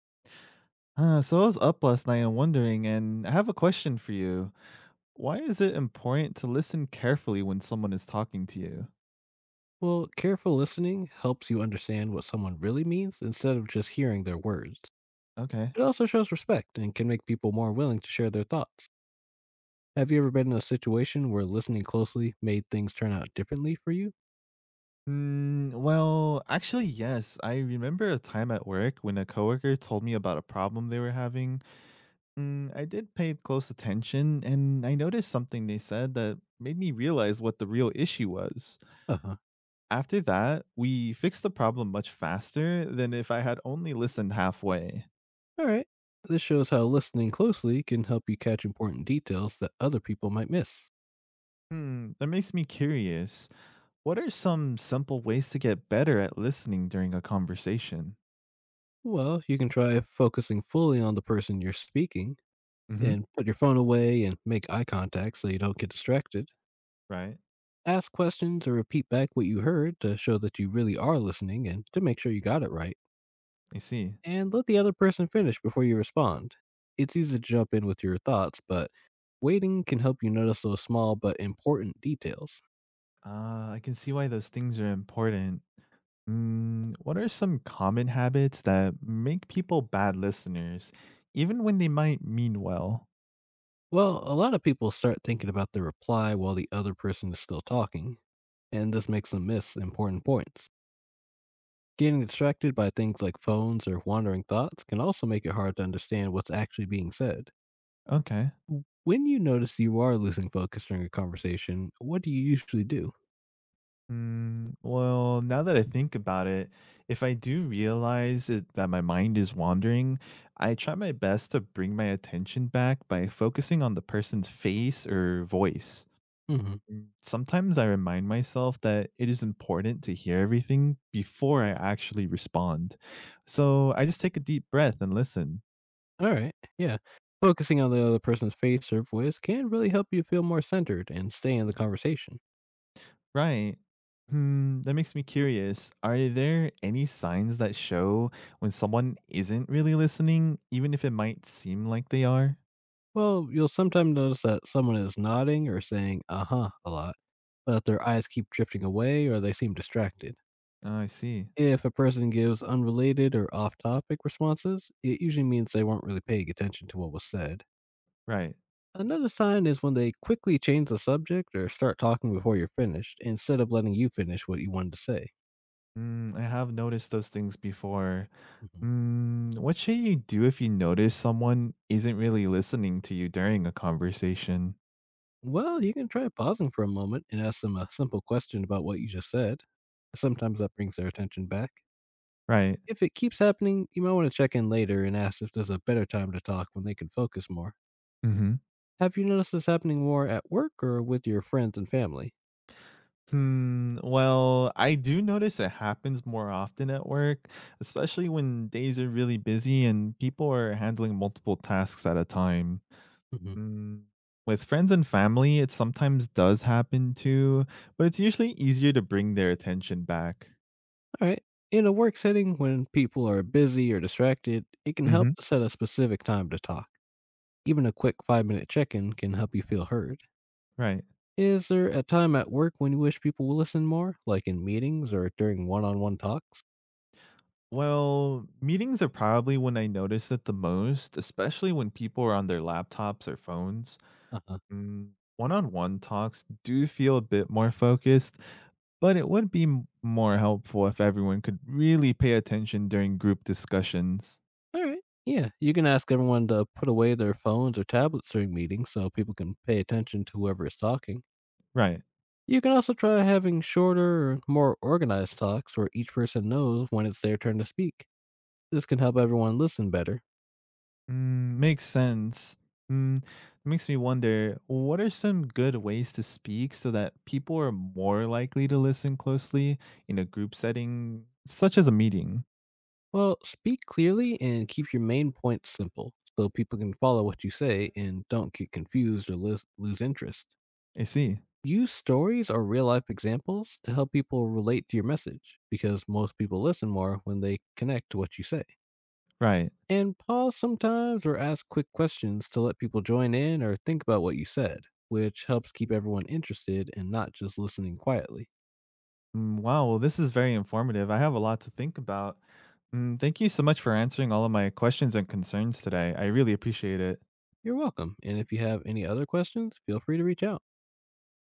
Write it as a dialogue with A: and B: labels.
A: So I was up last night and wondering, and I have a question for you. Why is it important to listen carefully when someone is talking to you?
B: Well, careful listening helps you understand what someone really means instead of just hearing their words.
A: Okay.
B: It also shows respect and can make people more willing to share their thoughts. Have you ever been in a situation where listening closely made things turn out differently for you?
A: Well, actually, yes. I remember a time at work when a coworker told me about a problem they were having. I did pay close attention, and I noticed something they said that made me realize what the real issue was.
B: Uh huh.
A: After that, we fixed the problem much faster than if I had only listened halfway.
B: All right. This shows how listening closely can help you catch important details that other people might miss.
A: That makes me curious. What are some simple ways to get better at listening during a conversation?
B: Well, you can try focusing fully on the person you're speaking,
A: hmm
B: and put your phone away and make eye contact so you don't get distracted.
A: Right.
B: Ask questions or repeat back what you heard to show that you really are listening and to make sure you got it right.
A: I see.
B: And let the other person finish before you respond. It's easy to jump in with your thoughts, but waiting can help you notice those small but important details.
A: I can see why those things are important. What are some common habits that make people bad listeners, even when they might mean well?
B: Well, a lot of people start thinking about the reply while the other person is still talking, and this makes them miss important points. Getting distracted by things like phones or wandering thoughts can also make it hard to understand what's actually being said.
A: Okay.
B: When you notice you are losing focus during a conversation, what do you usually do?
A: Well, now that I think about it, if I do realize it, that my mind is wandering, I try my best to bring my attention back by focusing on the person's face or voice.
B: Hmm.
A: Mm. Sometimes I remind myself that it is important to hear everything before I actually respond. So I just take a deep breath and listen.
B: All right. Yeah. Focusing on the other person's face or voice can really help you feel more centered and stay in the conversation.
A: Right. That makes me curious. Are there any signs that show when someone isn't really listening, even if it might seem like they are?
B: Well, you'll sometimes notice that someone is nodding or saying, uh huh, a lot, but their eyes keep drifting away or they seem distracted.
A: Oh, I see.
B: If a person gives unrelated or off topic responses, it usually means they weren't really paying attention to what was said.
A: Right.
B: Another sign is when they quickly change the subject or start talking before you're finished instead of letting you finish what you wanted to say.
A: I have noticed those things before.
B: Mhm.
A: What should you do if you notice someone isn't really listening to you during a conversation?
B: Well, you can try pausing for a moment and ask them a simple question about what you just said. Sometimes that brings their attention back.
A: Right.
B: If it keeps happening, you might want to check in later and ask if there's a better time to talk when they can focus more.
A: Hmm.
B: Have you noticed this happening more at work or with your friends and family?
A: Hmm. Well, I do notice it happens more often at work, especially when days are really busy and people are handling multiple tasks at a time.
B: Mhm.
A: Mm, With friends and family, it sometimes does happen too, but it's usually easier to bring their attention back.
B: All right. In a work setting, when people are busy or distracted, it can help
A: Hmm.
B: to set a specific time to talk. Even a quick 5-minute check in can help you feel heard.
A: Right.
B: Is there a time at work when you wish people will listen more, like in meetings or during one on one talks?
A: Well, meetings are probably when I notice it the most, especially when people are on their laptops or phones.
B: Uh huh.
A: Mm, One-on-one talks do feel a bit more focused, but it would be more helpful if everyone could really pay attention during group discussions.
B: All right. Yeah, you can ask everyone to put away their phones or tablets during meetings so people can pay attention to whoever is talking.
A: Right.
B: You can also try having shorter or more organized talks where each person knows when it's their turn to speak. This can help everyone listen better.
A: Makes sense. Mm, Makes me wonder, what are some good ways to speak so that people are more likely to listen closely in a group setting, such as a meeting?
B: Well, speak clearly and keep your main points simple so people can follow what you say and don't get confused or lose interest.
A: I see.
B: Use stories or real life examples to help people relate to your message because most people listen more when they connect to what you say.
A: Right.
B: And pause sometimes or ask quick questions to let people join in or think about what you said, which helps keep everyone interested and not just listening quietly.
A: Wow, well, this is very informative. I have a lot to think about. Thank you so much for answering all of my questions and concerns today. I really appreciate it.
B: You're welcome. And if you have any other questions, feel free to reach out.